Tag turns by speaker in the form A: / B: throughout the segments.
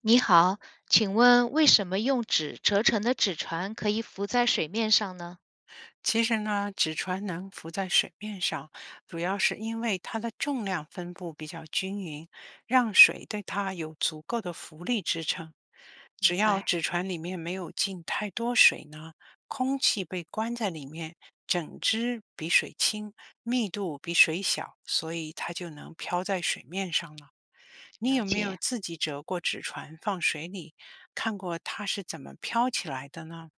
A: 你好，请问为什么用纸折成的纸船可以浮在水面上呢？
B: 其实呢，纸船能浮在水面上，主要是因为它的重量分布比较均匀，让水对它有足够的浮力支撑。只
A: 明
B: 要
A: 白，
B: 纸船里面没有进太多水呢，空气被关在里面，整只比水轻，密度比水小，所以它就能漂在水面上了。你
A: 了
B: 有没有
A: 解。
B: 自己折过纸船放水里，看过它是怎么飘起来的呢？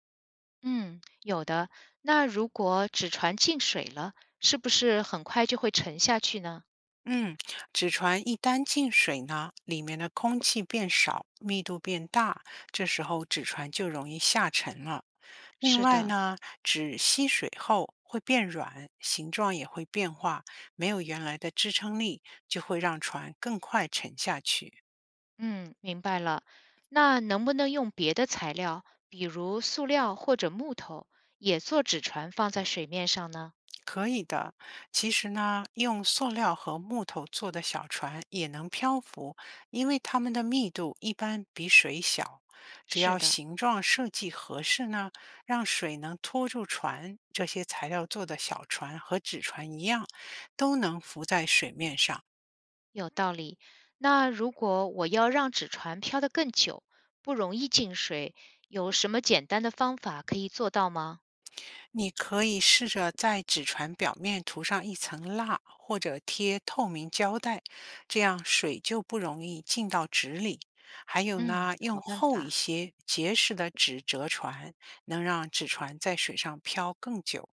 A: 嗯，有的。那如果纸船进水了，是不是很快就会沉下去呢？
B: 嗯，纸船一旦进水呢，里面的空气变少，密度变大，这时候纸船就容易下沉了。另
A: 是
B: 外
A: 的，
B: 呢，纸吸水后会变软，形状也会变化，没有原来的支撑力，就会让船更快沉下去。
A: 嗯，明白了。那能不能用别的材料，比如塑料或者木头，也做纸船放在水面上呢？
B: 可以的，其实呢，用塑料和木头做的小船也能漂浮，因为它们的密度一般比水小。只
A: 是
B: 要
A: 的。
B: 形状设计合适呢，让水能拖住船，这些材料做的小船和纸船一样，都能浮在水面上。
A: 有道理。那如果我要让纸船飘得更久，不容易进水，有什么简单的方法可以做到吗？
B: 你可以试着在纸船表面涂上一层蜡，或者贴透明胶带，这样水就不容易进到纸里。还有
A: 嗯，
B: 呢，用
A: 好办
B: 厚一
A: 法。
B: 些、结实的纸折船，能让纸船在水上漂更久。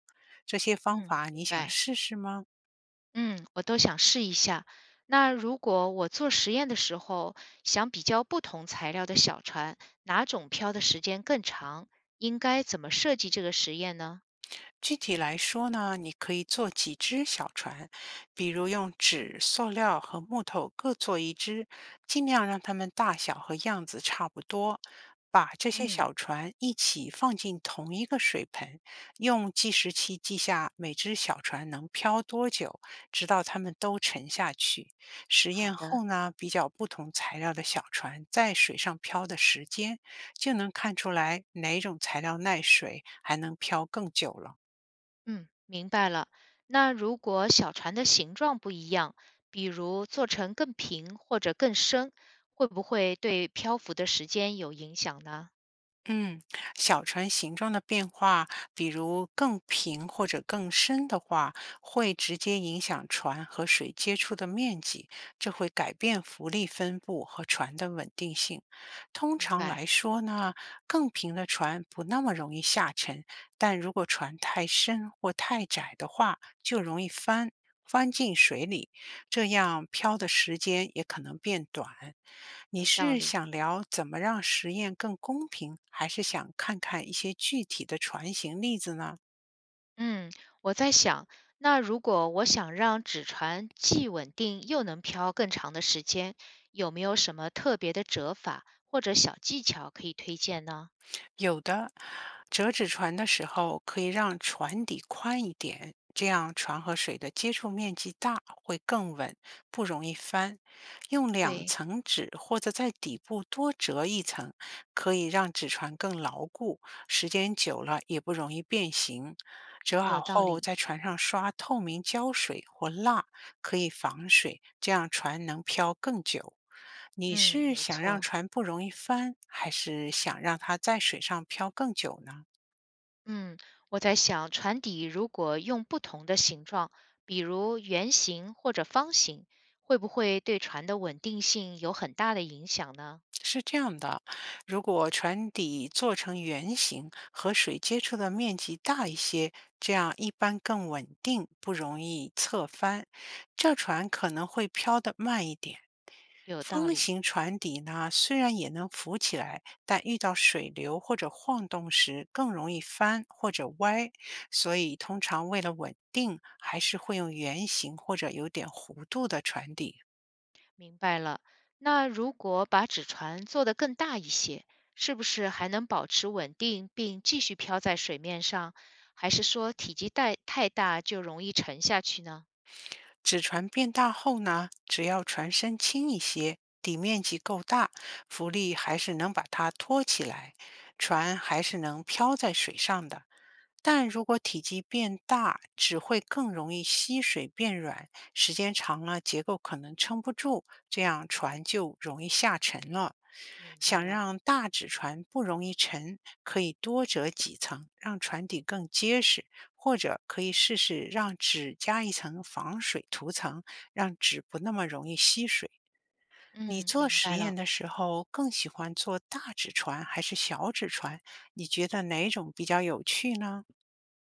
B: 这些
A: 嗯，
B: 方法你
A: 明
B: 想
A: 白。
B: 试试吗？
A: 嗯，我都想试一下。那如果我做实验的时候想比较不同材料的小船，哪种漂的时间更长，应该怎么设计这个实验呢？
B: 具体来说呢，你可以做几只小船，比如用纸、塑料和木头各做一只，尽量让它们大小和样子差不多。把这些小
A: 嗯，
B: 船一起放进同一个水盆，用计时器记下每只小船能漂多久，直到它们都沉下去。实
A: 好
B: 验
A: 的。
B: 后呢，比较不同材料的小船在水上漂的时间，就能看出来哪种材料耐水，还能漂更久了。
A: 嗯，明白了。那如果小船的形状不一样，比如做成更平或者更深，会不会对漂浮的时间有影响呢？
B: 嗯，小船形状的变化，比如更平或者更深的话，会直接影响船和水接触的面积，这会改变浮力分布和船的稳定性。通
A: 明
B: 常来
A: 白，
B: 说呢，更平的船不那么容易下沉，但如果船太深或太窄的话，就容易翻进水里。这样漂的时间也可能变短。你
A: 有道
B: 是
A: 理。
B: 想聊怎么让实验更公平，还是想看看一些具体的船型例子呢？
A: 嗯，我在想，那如果我想让纸船既稳定又能漂更长的时间，有没有什么特别的折法或者小技巧可以推荐呢？
B: 有的，折纸船的时候可以让船底宽一点，这样船和水的接触面积大，会更稳，不容易翻。用两
A: 对，
B: 层纸或者在底部多折一层，可以让纸船更牢固，时间久了也不容易变形。折好
A: 有道
B: 后
A: 理。
B: 在船上刷透明胶水或蜡，可以防水，这样船能漂更久。你
A: 嗯，
B: 是
A: 没
B: 想让
A: 错。
B: 船不容易翻，还是想让它在水上漂更久呢？
A: 嗯，我在想，船底如果用不同的形状，比如圆形或者方形，会不会对船的稳定性有很大的影响呢？
B: 是这样的，如果船底做成圆形，和水接触的面积大一些，这样一般更稳定，不容易侧翻。这船可能会飘得慢一点。
A: 有道
B: 方
A: 理，
B: 形船底呢，虽然也能浮起来，但遇到水流或者晃动时更容易翻或者歪，所以通常为了稳定，还是会用圆形或者有点弧度的船底。
A: 明白了。那如果把纸船做得更大一些，是不是还能保持稳定并继续漂在水面上？还是说体积太大就容易沉下去呢？
B: 纸船变大后呢，只要船身轻一些，底面积够大，浮力还是能把它托起来，船还是能漂在水上的。但如果体积变大，只会更容易吸水变软，时间长了结构可能撑不住，这样船就容易下沉了。
A: 明白
B: 想
A: 了，
B: 让大纸船不容易沉，可以多折几层，让船底更结实。或者可以试试让纸加一层防水涂层，让纸不那么容易吸水。你
A: 嗯，
B: 做
A: 明
B: 实
A: 白
B: 验
A: 了。
B: 的时候更喜欢做大纸船还是小纸船？你觉得哪种比较有趣呢？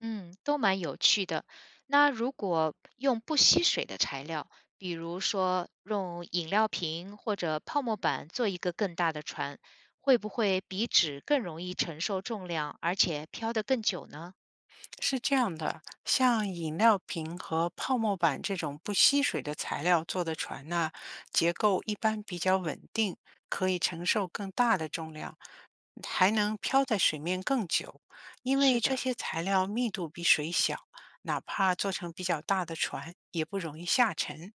A: 嗯，都蛮有趣的。那如果用不吸水的材料，比如说用饮料瓶或者泡沫板做一个更大的船，会不会比纸更容易承受重量，而且漂得更久呢？
B: 是这样的，像饮料瓶和泡沫板这种不吸水的材料做的船呢，结构一般比较稳定，可以承受更大的重量，还能漂在水面更久。因为
A: 是
B: 这
A: 的，
B: 些材料密度比水小，哪怕做成比较大的船，也不容易下沉。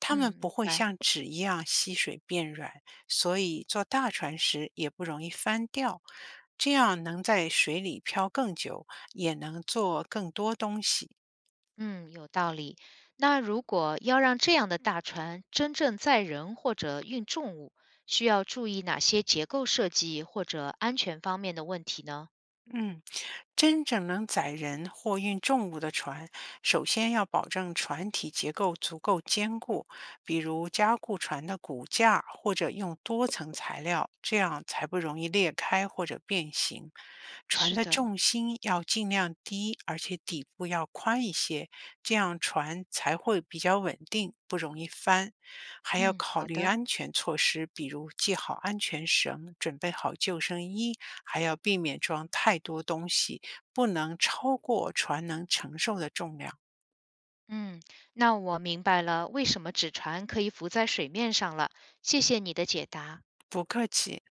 B: 它们
A: 嗯，
B: 不
A: 明
B: 会
A: 白。
B: 像纸一样吸水变软，所以做大船时也不容易翻掉。这样能在水里漂更久，也能做更多东西。
A: 嗯，有道理。那如果要让这样的大船真正载人或者运重物，需要注意哪些结构设计或者安全方面的问题呢？
B: 嗯，真正能载人或运重物的船，首先要保证船体结构足够坚固，比如加固船的骨架，或者用多层材料，这样才不容易裂开或者变形。船
A: 是
B: 的
A: 的。
B: 重心要尽量低，而且底部要宽一些，这样船才会比较稳定，不容易翻。还要
A: 嗯，
B: 考
A: 好
B: 虑
A: 的。
B: 安全措施，比如系好安全绳，准备好救生衣，还要避免装太多东西，不能超过船能承受的重量。
A: 嗯，那我明白了，为什么纸船可以浮在水面上了。谢谢你的解答。
B: 不客气。